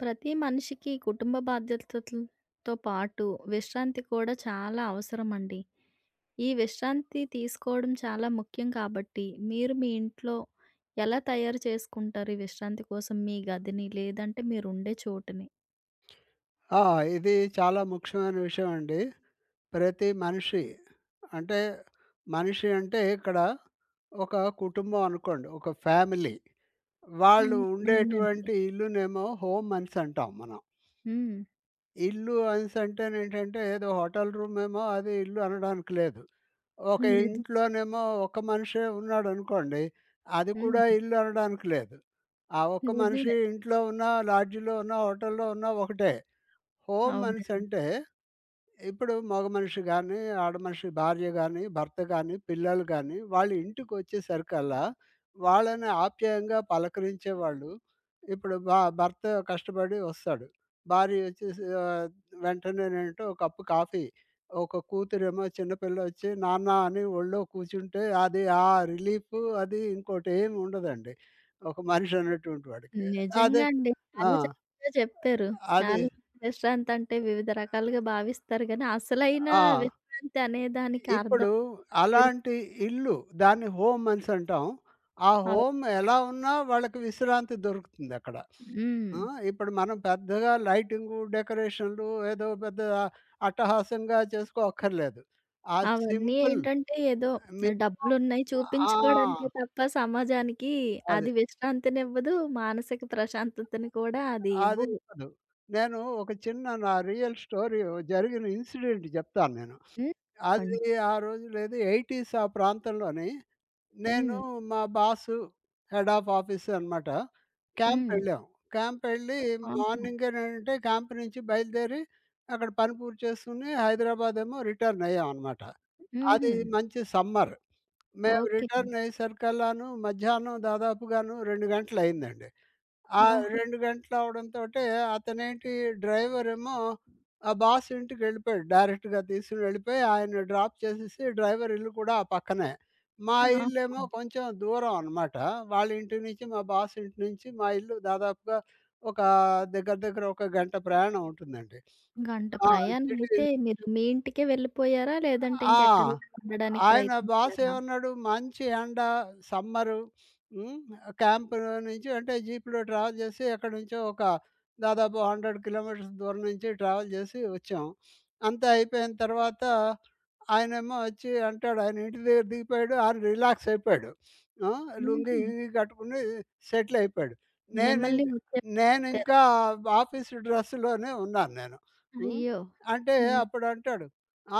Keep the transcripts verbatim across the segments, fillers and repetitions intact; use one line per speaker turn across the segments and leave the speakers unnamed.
ప్రతి మనిషికి కుటుంబ బాధ్యతలతో పాటు విశ్రాంతి కూడా చాలా అవసరం అండి. ఈ విశ్రాంతి తీసుకోవడం చాలా ముఖ్యం కాబట్టి, మీరు మీ ఇంట్లో ఎలా తయారు చేసుకుంటారు ఈ విశ్రాంతి కోసం మీ గదిని? లేదంటే మీరుండే చోటుని?
ఆ! ఇది చాలా ముఖ్యమైన విషయం అండి. ప్రతి మనిషి అంటే, మనిషి అంటే ఇక్కడ ఒక కుటుంబం అనుకోండి. ఒక ఫ్యామిలీ. వాళ్ళు
హ్మ్. అవునండి.
ఉండేటువంటి ఇల్లునేమో హోమ్ అనేసి అంటాం మనం.
హ్మ్.
ఇల్లు అనేసి అంటేనేంటంటే ఏదో హోటల్ రూమేమో అది ఇల్లు అనడానికి లేదు. ఒక
నిజం.
ఇంట్లోనేమో ఒక మనిషే ఉన్నాడనుకోండి. అది
హ్మ్.
కూడా ఇల్లు అనడానికి లేదు. ఆ ఒక్క మనిషి
నిజమే.
ఇంట్లో ఉన్నా, లాడ్జిలో ఉన్నా, హోటల్‌లో ఉన్నా ఒకటే. హోమ్ అనేసి
అవునండి.
అంటే ఇప్పుడు మగ మనిషి గాని, ఆడ మనిషి భార్య గాని, భర్త గాని, పిల్లలు గాని, వాళ్ళు ఇంటికొచ్చేసరికల్లా వాళ్ళని ఆప్యాయంగా పలకరించేవాళ్ళు. ఇప్పుడు భ భర్త కష్టపడి వస్తాడు. భార్య వచ్చేసి ఆహ్, వెంటనేనేంటో ఒక కప్పు కాఫీ, ఒక కూతురేమో చిన్న పిల్లొచ్చి నాన్న అని ఒళ్ళో కూర్చుంటే అది ఆ రిలీఫు అది ఇంకోటి ఏమి ఉండదండి. ఒక మనిషి అనేటువంటి వాడికి. అదే
నిజంగా అండి.
ఆ!
చాలా చక్కగా చెప్పారు.
అది.
చాలా మంది విశ్రాంతి అంటే వివిధ రకాలుగా భావిస్తారు గానీ, అసలైన
ఆ!
విశ్రాంతి అనే దానికి
ఇప్పుడు
అర్థం మీరు
అలాంటి ఇల్లు దాన్ని హోమ్ అనేసి అంటాం. ఆ
అవును.
హోమ్ ఎలా ఉన్నా వాళ్ళకి విశ్రాంతి దొరుకుతుందక్కడ.
హ్మ్.
ఆ! ఇప్పుడు మనం పెద్దగా లైటింగు, డెకరేషన్‌లు ఏదో పెద్ద అట్టహాసంగా చేసుకోక్కర్లేదు. ఆ
అవన్నీ
సింపుల్
ఏంటంటే ఏదో
మీకు
డబ్బులున్నాయి
ఆ!
చూపించుకోవడానికే తప్ప సమాజానికి
అది.
అది విశ్రాంతినివ్వదు. మానసిక ప్రశాంతతని కూడా అది
అది
ఇవ్వవు.
కాదు. నేను ఒక చిన్న నా రియల్ స్టోరీ జరిగిన ఇన్సిడెంట్ చెప్తాను నేను.
హ్మ్. చెప్పండి.
అది ఆ రోజుల్లో ఏది ఎనభైస్ ఆ ప్రాంతంలోని నేను
హ్మ్.
మా బాసు హెడ్ ఆఫ్ ఆఫీస్ అనమాట. క్యాంప్
హ్మ్.
ఎళ్ళాం. క్యాంప్ ఎళ్ళి
ఆహా!
మార్నింగేనంటే క్యాంప్ నుంచి బయలుదేరి అక్కడ పని పూర్తి చేసుకొని హైదరాబాద్ ఏమో రిటర్న్ అయ్యాం అనమాట.
హుహు.
అది మంచి సమ్మర్. మేము
ఓకే.
రిటర్న్ అయ్యేసరికల్లాను మధ్యాహ్నం దాదాపుగాను రెండు గంటలయిందండి. ఆ
ఆహా!
రెండు గంటలు అవడంతోటే అతనేంటి డ్రైవరేమో ఆ బాస్ ఇంటికెళ్ళిపోయాడు. డైరెక్ట్‌గా తీసుకొని వెళ్ళిపోయి ఆయన్ని డ్రాప్ చేసేసి డ్రైవర్ ఇల్లు కూడా ఆ పక్కనే. మా
ఆహా!
ఇల్లేమో కొంచెం దూరం అనమాట. వాళ్ళ ఇంటి నుంచి మా బాస్ ఇంటి నుంచి మా ఇల్లు దాదాపుగా ఒక దగ్గర దగ్గర ఒక గంట ప్రయాణం ఉంటుందండి.
గంట
ఆ!
ప్రయాణం
సిటీ
అయితే మీరు మీ ఇంటికే వెళ్ళిపోయారా? లేదంటే
ఆ!
ఇంకెక్కడైనా ఉండడానికి
ఆయన బాస్
ప్రయత్నించారా?
ఏమన్నాడు మంచి ఎండ సమ్మరు. హ్మ్. క్యాంప్ నుంచి అంటే జీప్‌లో ట్రావెల్ చేసి ఎక్కడి నుంచో ఒక దాదాపు వంద కిలోమీటర్స్ దూరం నుంచి ట్రావెల్ చేసి వచ్చాం. అంతా అయిపోయిన తర్వాత ఆయనేమో వచ్చి అంటాడు ఆయన ఇంటి దగ్గర దిగిపోయాడు. ఆయన రిలాక్స్ అయిపోయాడు. ఆ! లుంగీ
హుహు.
గింగి కట్టుకుని సెటిల్ అయిపోయాడు. నేను హ్మ్.
మిమ్మల్ని
ఇంక
వచ్చేయమని చెప్పారా?
నేనింకా ఆఫీస్ డ్రెస్‌లోనే ఉన్నాను నేను. హ్మ్.
అయ్యో!
అంటే
హ్మ్.
అప్పుడంటాడు.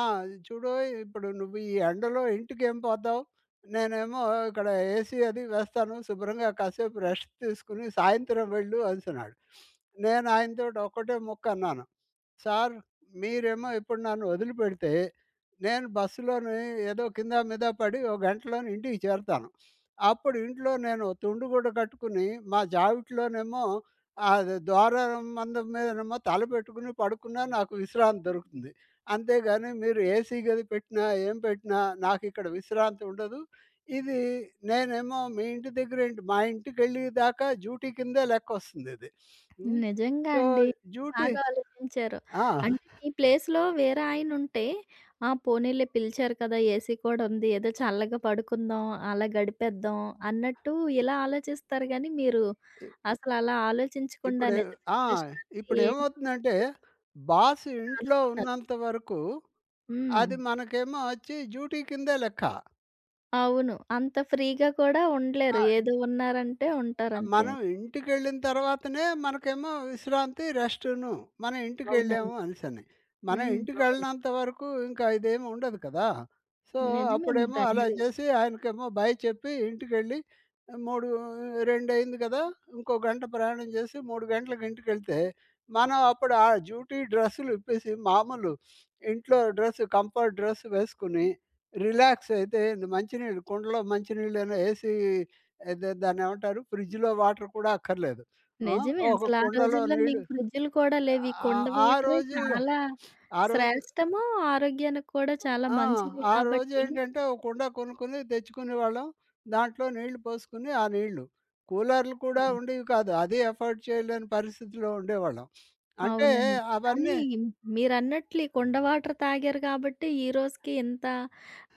ఆ! చూడోయ్ ఇప్పుడు నువ్వు ఈ ఎండలో ఇంటికేం పోతావు? నేనేమో ఇక్కడ ఏసీ అది వేస్తాను. శుభ్రంగా కాసేపు రెస్ట్ తీసుకొని సాయంత్రం వెళ్ళు అనేసన్నాడు. నేను ఆయనతోటి ఒక్కటే ముక్కన్నాను. సార్, మీరేమో ఇప్పుడు నన్ను వదిలిపెడితే, నేను బస్సులోని ఏదో కింద మీద పడి ఓ గంటలోని ఇంటికి చేరతాను. అప్పుడు ఇంట్లో నేను తుండు గుడ్డ కట్టుకుని, మా జావిట్లోనేమో అది ద్వారం మందం మీదనేమో తల పెట్టుకుని పడుకున్నా నాకు విశ్రాంతి దొరుకుతుంది. అంతేగాని మీరు ఏసీ గది పెట్టినా, ఏం పెట్టినా నాకిక్కడ విశ్రాంతి ఉండదు. ఇది నేనేమో మీ ఇంటి దగ్గర ఏంటి మా ఇంటికెళ్ళేదాకా డ్యూటీ కిందే లెక్కొస్తుందిది. హ్మ్.
నిజంగా
సో,
అండి.
డ్యూటీ
బాగా ఆలోచించారు.
ఆ!
అంటే మీ ప్లేస్‌లో వేరే ఆయనుంటే, ఆ పోనీలే పిలిచారు కదా! ఏసీ కూడా ఉంది. ఏదో చల్లగా పడుకుందాం, అలా గడిపేద్దాం అన్నట్టు ఇలా ఆలోచిస్తారు గానీ, మీరు
ఇ
అసలు అలా ఆలోచించకుండా
ఇప్పుడే
నిజమైన
ఆ!
విశ్రాంతి ఏంటో
ఇప్పుడేమవుతుందంటే,
మీరు
బాస్ ఇంట్లో
కనుక్కున్నారు.
ఉన్నంత వరకు
హ్మ్.
అది మనకేమో వచ్చి డ్యూటీ కిందే లెక్క.
అవును. అంత ఫ్రీగా కూడా ఉండలేరు.
ఆ!
ఏదో ఉన్నారంటే ఉంటారంతే.
మనం ఇంటికెళ్ళిన తర్వాతనే మనకేమో విశ్రాంతి, రెస్టును. మనం
అవునండి.
ఇంటికెళ్ళాము అనేసని. మనం
హ్మ్. అవును.
ఇంటికెళ్ళనంత వరకు ఇంకా ఇదేమి ఉండదు కదా! సో,
నిజమే
అప్పుడేమో అలా
మీరన్నది.
చేసి ఆయనకేమో బై చెప్పి ఇంటికెళ్ళి మూడు రెండు కదా! ఇంకో గంట ప్రయాణం చేసి మూడు గంటలకు ఇంటికెళ్తే, మనం అప్పుడు ఆ డ్యూటీ డ్రెస్సులు ఇప్పేసి మామూలు ఇంట్లో డ్రెస్ కంఫర్ట్ డ్రెస్ వేసుకొని రిలాక్స్ అయితే మంచినీళ్ళు కుండలో మంచినీళ్ళేనా ఏసీ అదే దాన్నేమంటారు? ఫ్రిడ్జ్‌లో వాటర్ కూడా అక్కర్లేదు. ఆ!
నిజమే.
ఒక
అసలు ఆ
కుండలో
రోజుల్లో మీకు
నీళ్ళు.
ఫ్రిడ్జులు కూడా లేవు. ఈ
ఆ!
కుండ
ఆ
వాటరే
రోజుల్లో
చాలా
ఆ రోజు
శ్రేష్టము. ఆరోగ్యానికి కూడా చాలా
ఆ!
మంచిది
ఆ
కాబట్టి
రోజేంటంటే ఒక కుండ కొనుక్కొని, తెచ్చుకునేవాళ్ళం. దాంట్లో నీళ్ళు పోసుకొని, ఆ నీళ్ళు. కూలర్లు కూడా
హ్మ్.
ఉండేవి కాదు. అది ఎఫర్డ్ చేయలేని పరిస్థితిలో ఉండేవాళ్ళం. అంటే
అవునండి. కానీ
అవన్నీ
మీరన్నట్లు ఈ కుండ వాటర్ తాగారు కాబట్టి ఈ రోజుకి ఇంత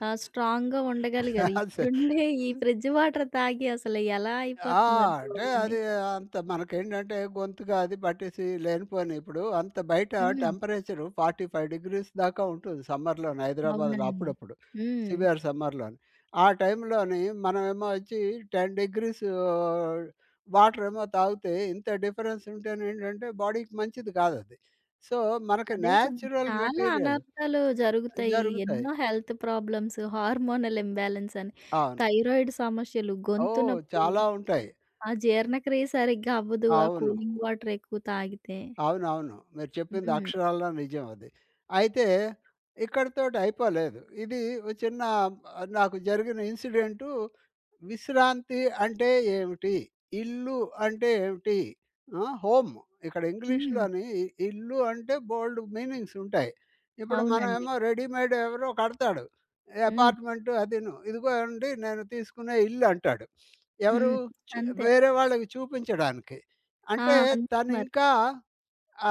ఆహ్, స్ట్రాంగ్‌గా ఉండగలిగారు.
అస
ఇప్పుడుండే ఈ ఫ్రిడ్జ్ వాటర్ తాగి అసలు ఎలా
ఆ!
అయిపోతున్నారు
అంటే
చూడండి.
అది అంత మనకేంటంటే గొంతుగా అది పట్టేసి లేనిపోని ఇప్పుడు అంత బయట
హ్మ్.
టెంపరేచరు నలభై ఐదు దాకా ఉంటుంది సమ్మర్‌లోని హైదరాబాద్‌లో
అవునండి.
అప్పుడప్పుడు.
హ్మ్.
సివియర్ సమ్మర్‌లోని. ఆ టైంలోని మనమేమో వచ్చి పది వాటరేమో తాగితే ఇంత డిఫరెన్స్ ఉంటేనేంటంటే బాడీకి మంచిది కాదది. సో, మనకి
అదే కదా!
నేచురల్
చాలా
మెటీరియల్.
అనర్థాలు జరుగుతాయి.
జరుగుతాయి.
ఎన్నో హెల్త్ ప్రాబ్లమ్స్, హార్మోనల్ ఇంబాలెన్స్ అని,
అవును.
థైరాయిడ్ సమస్యలు, గొంతు
ఓహ్!
నొప్పి,
చాలా ఉంటాయి.
ఆ జీర్ణక్రియ సరిగ్గా అవ్వదు. ఆ
అవును.
కూలింగ్ వాటర్ ఎక్కువ తాగితే.
అవునవును. మీరు చెప్పింది
హ్మ్.
అక్షరాలా నిజం అది. అయితే ఇక్కడితోటి అయిపోలేదు. ఇది ఓ చిన్న ఆ, నాకు జరిగిన ఇన్సిడెంటు. విశ్రాంతి అంటే ఏమిటి? ఇల్లు అంటే ఏమిటి? ఆ! హోమ్ ఇక్కడ
హ్మ్.
ఇంగ్లీష్‌లోని ఇల్లు అంటే బోలెడు మీనింగ్స్ ఉంటాయి. ఇప్పుడు
అవునండి.
మనమేమో రెడీమేడ్ ఎవరో కడతాడు.
హ్మ్.
అపార్ట్‌మెంట్ అదిను. ఇదిగో అండి నేను తీసుకునే ఇల్లు అంటాడు. ఎవరు?
హ్మ్.
చు
అంతే.
వేరే వాళ్ళకి చూపించడానికి.
ఆ!
అంటే
అంతే
తను
మరి.
ఇంకా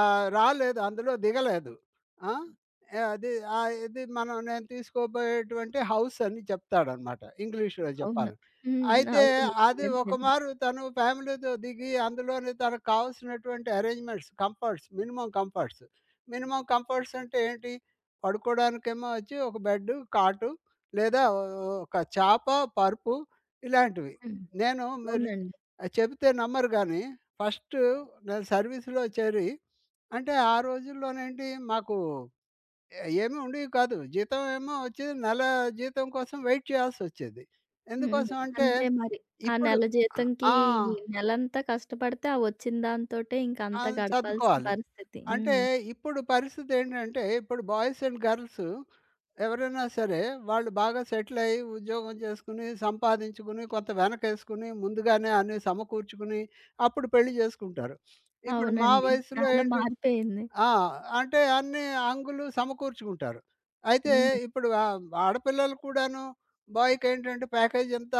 ఆ! రాలేదు. అందులో దిగలేదు. ఆ! యాహ్! అది ఆహ్, ఇది మనం నేను తీసుకోబోయేటువంటి హౌస్ అని చెప్తాడనమాట. ఇంగ్లీష్‌లో
అవును.
చెప్పాలంటే.
హ్మ్.
అయితే
అవును.
అది
మీరన్నది నిజం.
ఒకమారు తను ఫ్యామిలీతో దిగి అందులోని తనకు కావాల్సినటువంటి arrangements, comforts, minimum comforts. Minimum comforts అంటే ఏంటి? పడుకోవడానికేమో వచ్చి ఒక బెడ్డు, కాటు లేదా ఓ ఒక చాప, పరుపు ఇలాంటివి.
హ్మ్.
నేను మీరు
అవునండి.
చెబితే నమ్మరు గానీ ఫస్టు నేను సర్వీస్‌లో చేరి అంటే ఆ రోజుల్లోనేంటి మాకు ఎ ఏమి ఉండేవి కాదు. జీతం ఏమో వచ్చేది నెల జీతం కోసం వెయిట్ చేయాల్సొచ్చేది.
హ్మ్.
ఎందుకోసం అంటే
అంతే మరి. ఆ
ఇప్పుడు
నెల
అ
జీతంకి
ఆ!
నెలంతా కష్టపడితే ఆ వచ్చిన దాంతోటే ఇంక అంతా
అది
గడపాల్సిన
సర్దుకోవాలి.
పరిస్థితి.
అంటే
హ్మ్.
ఇప్పుడు పరిస్థితి ఏంటంటే ఇప్పుడు బాయ్స్ అండ్ గర్ల్స్ ఎవరైనా సరే వాళ్ళు బాగా సెటిల్ అయ్యి ఉద్యోగం చేసుకుని, సంపాదించుకుని, కొంత వెనకేసుకుని, ముందుగానే అన్నీ సమకూర్చుకుని అప్పుడు పెళ్లి చేసుకుంటారు. ఇప్పుడు మా
అవునండి.
వయసులో
చాలా
ఏంటి
మారిపోయింది.
ఆ! అంటే అన్ని హంగులు సమకూర్చుకుంటారు. అయితే
హ్మ్.
ఇప్పుడు ఆహ్, ఆడపిల్లలు కూడాను బాయ్‌కేంటంటే ప్యాకేజ్ ఎంత.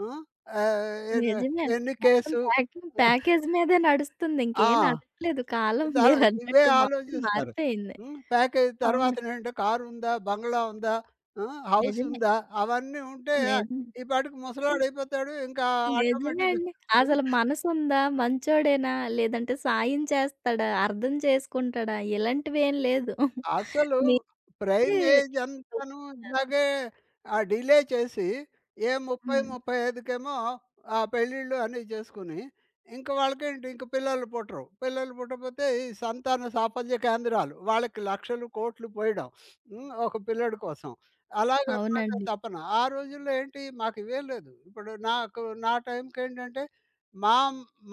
హ్మ్. ఆహ్, ఎన్
నిజమే.
ఎన్ని
మొత్తం
కేసు.
ప్యాకింగ్ ప్యాకేజ్ మీదే నడుస్తుంది.
ఆ!
ఇంకేం నడవట్లేదు కాలం
ద ఇవే
మీరన్నట్టు మొత్తం
ఆలోచిస్తారు.
మారిపోయింది.
హ్మ్. ప్యాకేజ్
అవును.
తర్వాతనేంటి కారుందా? బంగ్లా ఉందా? హ్మ్.
నిజమే.
హౌసుందా? అవన్నీ ఉంటే
నిజమే.
ఈ పాటికి ముసలోడయిపోతాడు. ఇంకా
నిజమే
ఆటోమేటిక్‌గా
అండి. అసలు మనసుందా? మంచోడేనా? లేదంటే సాయం చేస్తాడా? అర్థం చేసుకుంటాడా? ఇలాంటివేం లేదు.
అసలు ప్రైమ్
మీరే
ఏజ్ అంతాను
ఒప్పుకున్నారు.
ఇలాగే ఆ డిలే చేసి ఏ ముప్ఫై,
హ్మ్.
ముప్ఫై ఐదుకేమో ఆ పెళ్ళిళ్ళు అన్నీ చేసుకుని, ఇంక వాళ్ళకేంటి ఇంక పిల్లలు పుట్టరు. పిల్లలు పుట్టకపోతే ఈ సంతాన సాఫల్య కేంద్రాలు. వాళ్ళకి లక్షలు, కోట్లు పోయడం. హ్మ్. ఒక పిల్లోడి కోసం. అలాగనమాట
అవునండి.
తపన. ఆ రోజుల్లో ఏంటి మాకివేం లేదు. ఇప్పుడు నాకు నా టైంకేంటంటే మా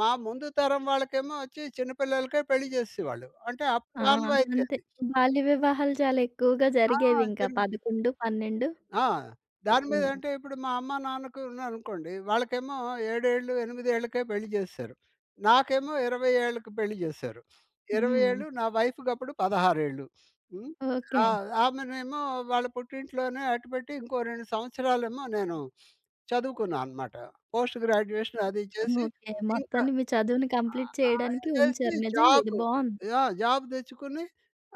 మా ముందు తరం వాళ్ళకేమో వచ్చి చిన్న పిల్లలకే పెళ్లి చేసేసేవాళ్ళు. అంటే
ఆ!
అప్పుడు ఆనవాయితీ
అంతే.
అది.
బాల్య వివాహాలు చాలా ఎక్కువగా
ఆ!
జరిగేవింకా
జరిగింది.
పదకొండు, పన్నెండు.
ఆ! దాని మీద
అవును.
అంటే ఇప్పుడు మా అమ్మ, నాన్నకు ఉన్నారనుకోండి, వాళ్ళకేమో ఏడు ఏళ్ళు, ఎనిమిది ఏళ్ళకే పెళ్లి చేసేశారు. నాకేమో ఇరవై ఏళ్ళకి పెళ్లి చేశారు. ఇరవై
హ్మ్.
ఏళ్ళు నా వైఫ్‌కి అప్పుడు పదహారు ఏళ్ళు. హ్మ్.
ఓకే.
ఆ! ఆమెనేమో వాళ్ళ పుట్టింట్లోనే అట్టిపెట్టి ఇంకో రెండు సంవత్సరాలేమో నేను చదువుకున్నా అనమాట. పోస్ట్ గ్రాడ్యుయేషన్ అది చేసి,
ఓకే.
ఇంక
మొత్తాన్ని మీ చదువుని కంప్లీట్ చేయడానికి
చేసి
ఉంచారు. నిజంగా ఇది
జాబ్
బావుంది.
యాహ్! జాబ్ తెచ్చుకుని,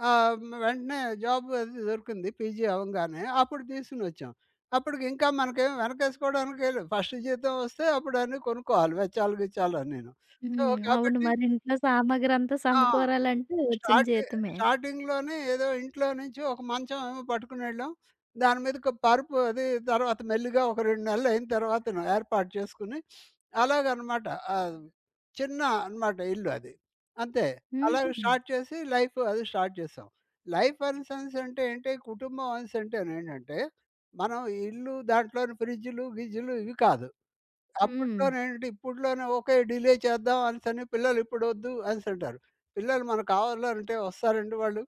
ఆహ్, వెంటనే జాబ్ అది దొరికింది పీజీ అవంగానే. అప్పుడు తీసుకొనొచ్చాం. అప్పటికి ఇంకా మనకేం వెనకేసుకోవడానికే లేదు. ఫస్ట్ జీతం వస్తే అప్పుడు అన్నీ కొనుక్కోవాలి వెచ్చాలు గిచ్చాలు అన్నీను.
హ్మ్.
సో,
అవును.
కాబట్టి
మరి ఇంట్లో సామాగ్రంతా
ఆ!
సమకూరాలంటే వచ్చిన
స్టార్ట్
జీతమే.
స్టార్టింగ్‌లోనే ఏదో ఇంట్లో నుంచి ఒక మంచం ఏమో పట్టుకునెళ్ళాం. దాని మీదకి పరుపు అది తర్వాత మెల్లిగా ఒక రెండు నెలలయిన తర్వాతను ఏర్పాటు చేసుకుని, అలాగనమాట. ఆహ్, చిన్న అనమాట ఇల్లు అది. అంతే.
హుహు.
అలాగే స్టార్ట్ చేసి లైఫ్ అది స్టార్ట్ చేసాం. లైఫ్ అనేసనంటే ఏంటి, కుటుంబం అనేసంటేనేంటంటే, మనం ఇల్లు దాంట్లోని ఫ్రిడ్జ్‌లు, గిజ్జులు ఇవి కాదు.
హ్మ్.
అప్పట్లోనేంటి ఇప్పట్లోనే ఓకే డిలే చేద్దాం అనేసని పిల్లలు ఇప్పుడొద్దు అనేసంటారు. పిల్లలు మనకు కావాలంటే వస్తారండి వాళ్ళు?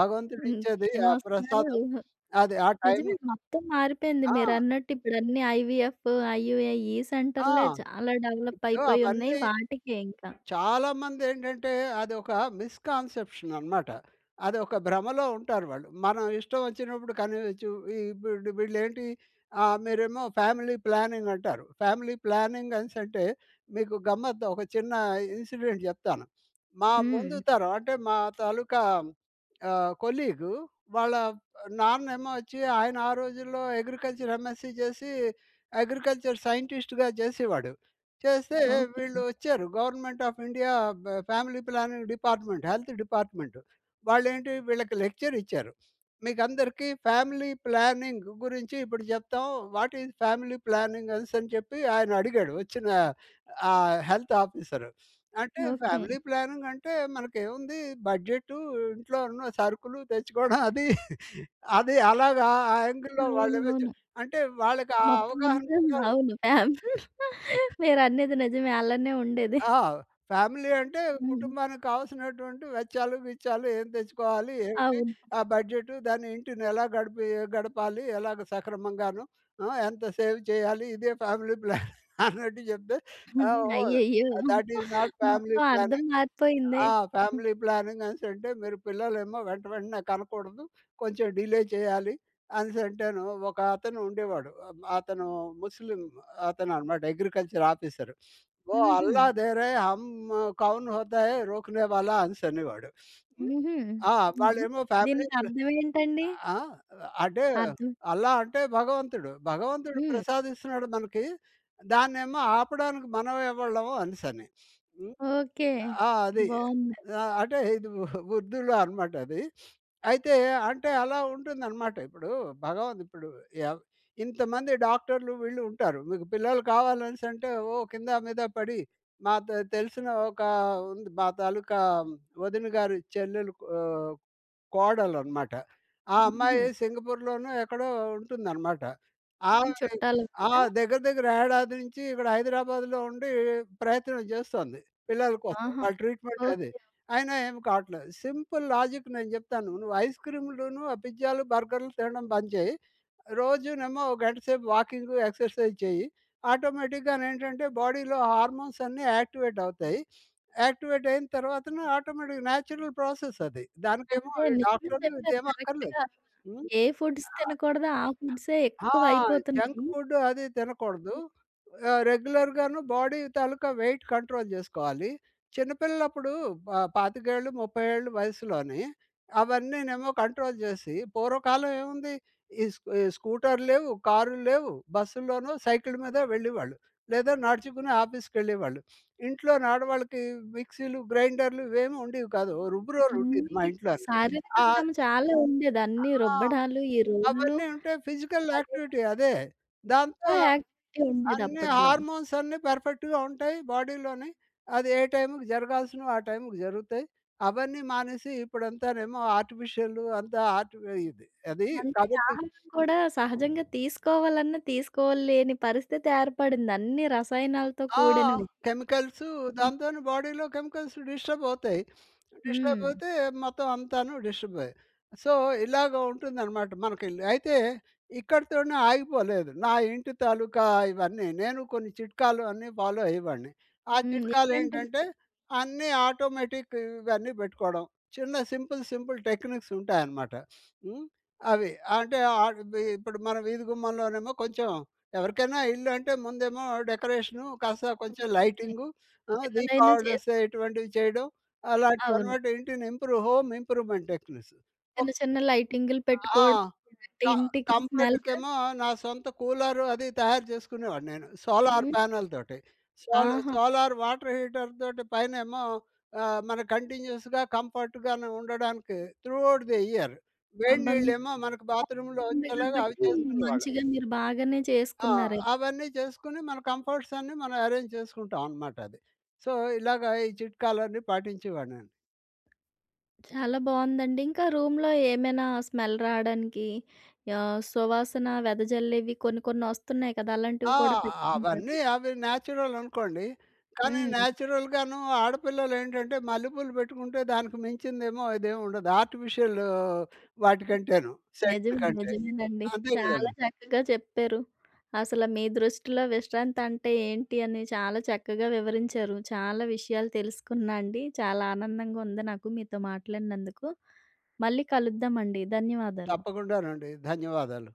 భగవంతుడిచ్చేది ఆ
ఇంకేమొస్తారు
ప్రసాదం. అది ఆ
నిజమే
టైము
మొత్తం మారిపోయింది.
ఆ!
మీరన్నట్టు ఇప్పుడన్నీ ఐవీఎఫ్, ఐయూఐ ఈ
ఆ!
సెంటర్‌లే చాలా డెవలప్
ఇప్పుడు
అయిపోయి ఉన్నాయి.
అవన్నీ
వాటికే ఇంకా.
చాలామందేంటంటే అదొక మిస్‌కాన్సెప్షన్ అనమాట. అదొక భ్రమలో ఉంటారు వాళ్ళు. మనం ఇష్టం వచ్చినప్పుడు కనియొచ్చు. ఇప్పుడు వీళ్ళేంటి ఆహ్, మీరేమో ఫ్యామిలీ ప్లానింగ్ అంటారు. ఫ్యామిలీ ప్లానింగ్ అనేసంటే మీకు గమ్మత్తు ఒక చిన్న ఇన్సిడెంట్ చెప్తాను. మా
హ్మ్.
ముందు తరం అంటే మా తాలూకా ఆహ్, కొలీగు వాళ్ళ నాన్నేమో వచ్చి ఆయన ఆ రోజుల్లో అగ్రికల్చర్ ఎంఎస్‌సి చేసి అగ్రికల్చర్ సైంటిస్ట్‌గా చేసేవాడు. చేస్తే
ఓకే.
వీళ్ళు వచ్చారు గవర్నమెంట్ ఆఫ్ ఇండియా బ- family planning department health department వాళ్ళు ఏంటి వీళ్ళకి లెక్చర్ ఇచ్చారు మీకు అందరికీ ఫ్యామిలీ ప్లానింగ్ గురించి ఇప్పుడు చెప్తాం వాట్ ఈజ్ ఫ్యామిలీ ప్లానింగ్ అనేసి అని చెప్పి ఆయన అడిగాడు వచ్చిన ఆ హెల్త్ ఆఫీసర్ అంటే
ఓకే.
ఫ్యామిలీ ప్లానింగ్ అంటే మనకేముంది బడ్జెట్ ఇంట్లో ఉన్న సరుకులు తెచ్చుకోవడం అది అది అలాగా ఆ యాంగిల్లో వాళ్ళు ఏమో
అవునవును.
చెప్-. అంటే వాళ్ళకి ఆ
మొత్తం
అవగాహన
అంతా
కూడా ఉంటుంది.
అవును. ఫ్యామిలీ మీరనేది నిజమే అలానే ఉండేది.
ఆ! ఫ్యామిలీ అంటే
హ్మ్.
కుటుంబానికి కావాల్సినటువంటి వెచ్చాలు, గిచ్చాలు ఏం తెచ్చుకోవాలి, ఏంటి
అవును.
ఆ బడ్జెటు, దాని ఇంటిని ఎలా గడిపి గడపాలి, ఎలాగ సక్రమంగాను, ఆ! ఎంత సేవ్ చేయాలి, ఇదే ఫ్యామిలీ ప్లాన్ అన్నట్టు చెప్తే, ఆ! ఓహ్!
అయ్యయ్యో!
థట్ ఈస్ నాట్ ఫ్యామిలీ
మొత్తం అర్థం
ప్లానింగ్.
మారిపోయిందే.
ఆ! ఫ్యామిలీ ప్లానింగ్ అనేసంటే మీరు పిల్లలేమో వెంట వెంటనే కనకూడదు. కొంచెం డిలే చేయాలి అనేసంటేను ఒక అతను ఉండేవాడు. ఆహ్, అతను ముస్లిం అతననమాట అగ్రికల్చర్ ఆఫీసర్. "वो
హుహు.
अल्लाह दे रहे हम कौन होता है रोकने वाला" అనేసనేవాడు. హ్మ్.
హుహు.
ఆ!
హుహు.
వాళ్ళేమో ఫ్యామిలీ
దీనికి
ప్లా
అర్థం ఏంటండి?
ఆ! అంటే
అర్థం
అల్లా అంటే భగవంతుడు. భగవంతుడు
హ్మ్.
ప్రసాదిస్తున్నాడు మనకి. దాన్నేమో ఆపడానికి మనం ఎవళ్ళము అనేసని. హ్మ్.
ఓకే.
ఆ! అది.
బావుంది.
ఆ! అంటే ఇది ఉ- ఉర్దూలో అనమాట అది. అయితే అంటే అలా ఉంటుందనమాట. ఇప్పుడు భగవంత్ ఇప్పుడు ఎవ్ ఇంతమంది డాక్టర్లు వీళ్ళు ఉంటారు. మీకు పిల్లలు కావాలనేసంటే ఓ కింద మీద పడి మా తె తెలిసిన ఒక ఉంది మా తాలూకా వదిన గారి చెల్లెలు ఆహ్, కోడలనమాట. ఆ
హుహు.
అమ్మాయి సింగపూర్‌లోనో ఎక్కడో ఉంటుందనమాట.
మీ
ఆమె
చుట్టాలు
ఆ!
కూడా
దగ్గర దగ్గర ఏడాది నుంచి ఇక్కడ హైదరాబాద్‌లో ఉండి ప్రయత్నం చేస్తోంది పిల్లల కోసం.
ఆహా!
వాళ్ళ ట్రీట్మెంట్ అది.
ఓకే.
అయినా ఏమి కావట్లేదు. సింపుల్ లాజిక్ నేను చెప్తాను. నువ్వు ఐస్ క్రీమ్‌లును, ఆ పిజ్జాలు, బర్గర్‌లు తినడం బంద్ చేయి. రోజునేమో ఓ గంట సేపు వాకింగు, ఎక్సర్సైజ్ చెయ్యి. ఆటోమేటిక్‌గానేంటంటే బాడీలో హార్మోన్స్ అన్నీ యాక్టివేట్ అవుతాయి. యాక్టివేట్ అయిన తర్వాతను ఆటోమేటిక్‌గా న్యాచురల్ ప్రాసెస్ అది. దానికేమో
అదే
ఈ
నిజమే
డాక్టర్లు
చెప్పారు
ఇదేమి
కరెక్ట్‌గా
అక్కర్లేదు.
అసలు.
హ్మ్.
ఏ ఫుడ్స్ తినకూడదో ఆ ఫుడ్సే
ఆ! జంక్
ఎక్కువైపోతున్నాయి.
ఫుడ్ అది తినకూడదు. ఆహ్, రెగ్యులర్‌గాను బాడీ తాలూకా వెయిట్ కంట్రోల్ జేసుకోవాలి. చిన్నపిల్లలప్పుడు ప ఇరవై ఐదు ముప్ఫై ఏళ్ళు వయసులోని అవన్నీనేమో కంట్రోల్ జేసి పూర్వకాలం ఏముంది? ఈ స్కూ ఈ స్కూటర్లు లేవు, కారులు లేవు. బస్సుల్లోనూ సైకిల్ మీద వెళ్ళేవాళ్ళు. లేదా నడుచుకుని ఆఫీస్‌కెళ్ళేవాళ్ళు. ఇంట్లోని ఆడవాళ్ళకి మిక్సీలు, గ్రైండర్లు ఇవేమి ఉండేవి కాదు. రుబ్బురోలుండేది మా
అన్నీ
ఇంట్లోని.
శారీరక
ఆ!
శ్రమ చాలా ఉండేది. అన్నీ
ఆ!
రుబ్బడాలు, ఈ రోళ్ళు
అవన్నీ ఉంటే ఫిజికల్
అదే
యాక్టివిటీ అదే. దాంతో
తప్ప యాక్టివిటీ ఉండేది
అన్ని
అప్పట్లో.
హార్మోన్స్ అన్నీ పర్ఫెక్ట్‌గా ఉంటాయి బాడీలోని. అది ఏ టైంకి జరగాల్సినవి ఆ టైంకి జరుగుతాయి. అవన్నీ మానేసి ఇప్పుడంతానేమో ఆర్టిఫిషియల్ అంతా ఆర్టిఫి ఇది. అది
అంటే
కాబట్టి
ఆహారం కూడా సహజంగా తీసుకోవాలన్నా తీసుకోలేని పరిస్థితి ఏర్పడింది. అన్ని రసాయనాలతో
ఆ!
కూడినవి.
కెమికల్సు
హ్మ్.
దాంతోని బాడీలో కెమికల్స్ డిస్టర్బ్ అవుతాయి. డిస్టర్బ్
హ్మ్.
అయితే మొత్తం అంతాను డిస్టర్బ్ అయ్యాయి. సో, ఇలాగ ఉంటుందనమాట మనకి. అయితే ఇక్కడితోనే ఆగిపోలేదు. నా ఇంటి తాలూకా ఇవన్నీ నేను కొన్ని చిట్కాలు అన్నీ ఫాలో అయ్యేవాడిని. ఆ
హ్మ్. ఎలాంటివి?
చిట్కాలేంటంటే అన్నీ ఆటోమేటిక్ ఇవన్నీ పెట్టుకోవడం. చిన్న సింపుల్ సింపుల్ టెక్నిక్స్ ఉంటాయనమాట. హ్మ్. అవి అంటే ఆహ్, ఇప్పుడు మన వీధి గుమ్మంలోనేమో కొంచెం ఎవరికైనా ఇల్లు అంటే ముందేమో డెకరేషను, కాస్త కొంచెం
ఓకే.
లైటింగు, ఆ!
చిన్నదైనా
దీపావళిస్
చేసుకుం
ఇటువంటివి చేయడం.
అవును.
అలాంటివన్నమాట ఇంటిని ఇంప్రూవ్ హోమ్ ఇంప్రూవ్‌మెంట్ టెక్నిక్స్.
చిన్న
ఒక్
చిన్న లైటింగులు
ఆ!
పెట్టుకోవడం, లేదంటే
క
ఇంటికి స్మెల్
కంఫర్ట్‌కేమో నా సొంత కూలరు అది తయారు చేసుకునేవాడిని నేను. సోలార్
హ్మ్.
ప్యానెల్ తోటి. సోల్
ఆహా!
సోలార్ వాటర్ హీటర్ తోటి పైనేమో ఆహ్, మనకు కంటిన్యూయస్‌గా కంఫర్ట్‌గాను ఉండడానికి త్రూ ఔట్ ది ఇయర్ వేడి
అబ్బా! మీకు
నీళ్ళేమో మనకు బాత్రూమ్‌లో
ఉంది
వచ్చేలాగా అవి
కాబట్టి
చేసుకునేవాళ్ళం.
మంచిగా మీరు బాగానే
ఆ!
చేసుకున్నారే.
అవన్నీ చేసుకొని మన కంఫర్ట్స్ అన్నీ మనం అరేంజ్ చేసుకుంటాం అనమాట అది. సో, ఇలాగ ఈ చిట్కాలన్నీ పాటించేవాడినండి.
చాలా బావుందండి. ఇంకా రూమ్‌లో ఏమైనా స్మెల్ రావడానికి ఆహ్, సువాసన వెదజల్లేవి కొన్ని కొన్ని వస్తున్నాయి కదా! అలాంటివి
ఆ!
కూడా పెట్టుకుంటారా?
అవన్నీ అవి న్యాచురల్ అనుకోండి. కానీ
హ్మ్.
న్యాచురల్‌గాను ఆడపిల్లలేంటంటే మల్లెపూలు పెట్టుకుంటే దానికి మించిందేమో ఇదేమి ఉండదు. ఆర్టిఫిషియల్ వాటికంటేను సెంట్లు
నిజమే.
కంటే.
నిజమేనండి.
అంతే
చాలా
కదండీ.
చక్కగా చెప్పారు. అసల మీ దృష్టిలో విశ్రాంతి అంటే ఏంటి అని చాలా చక్కగా వివరించారు. చాలా విషయాలు తెలుసుకున్నా అండి. చాలా ఆనందంగా ఉంది నాకు మీతో మాట్లాడినందుకు. మళ్ళీ కలుద్దామండి. ధన్యవాదాలు.
తప్పకుండానండి. ధన్యవాదాలు.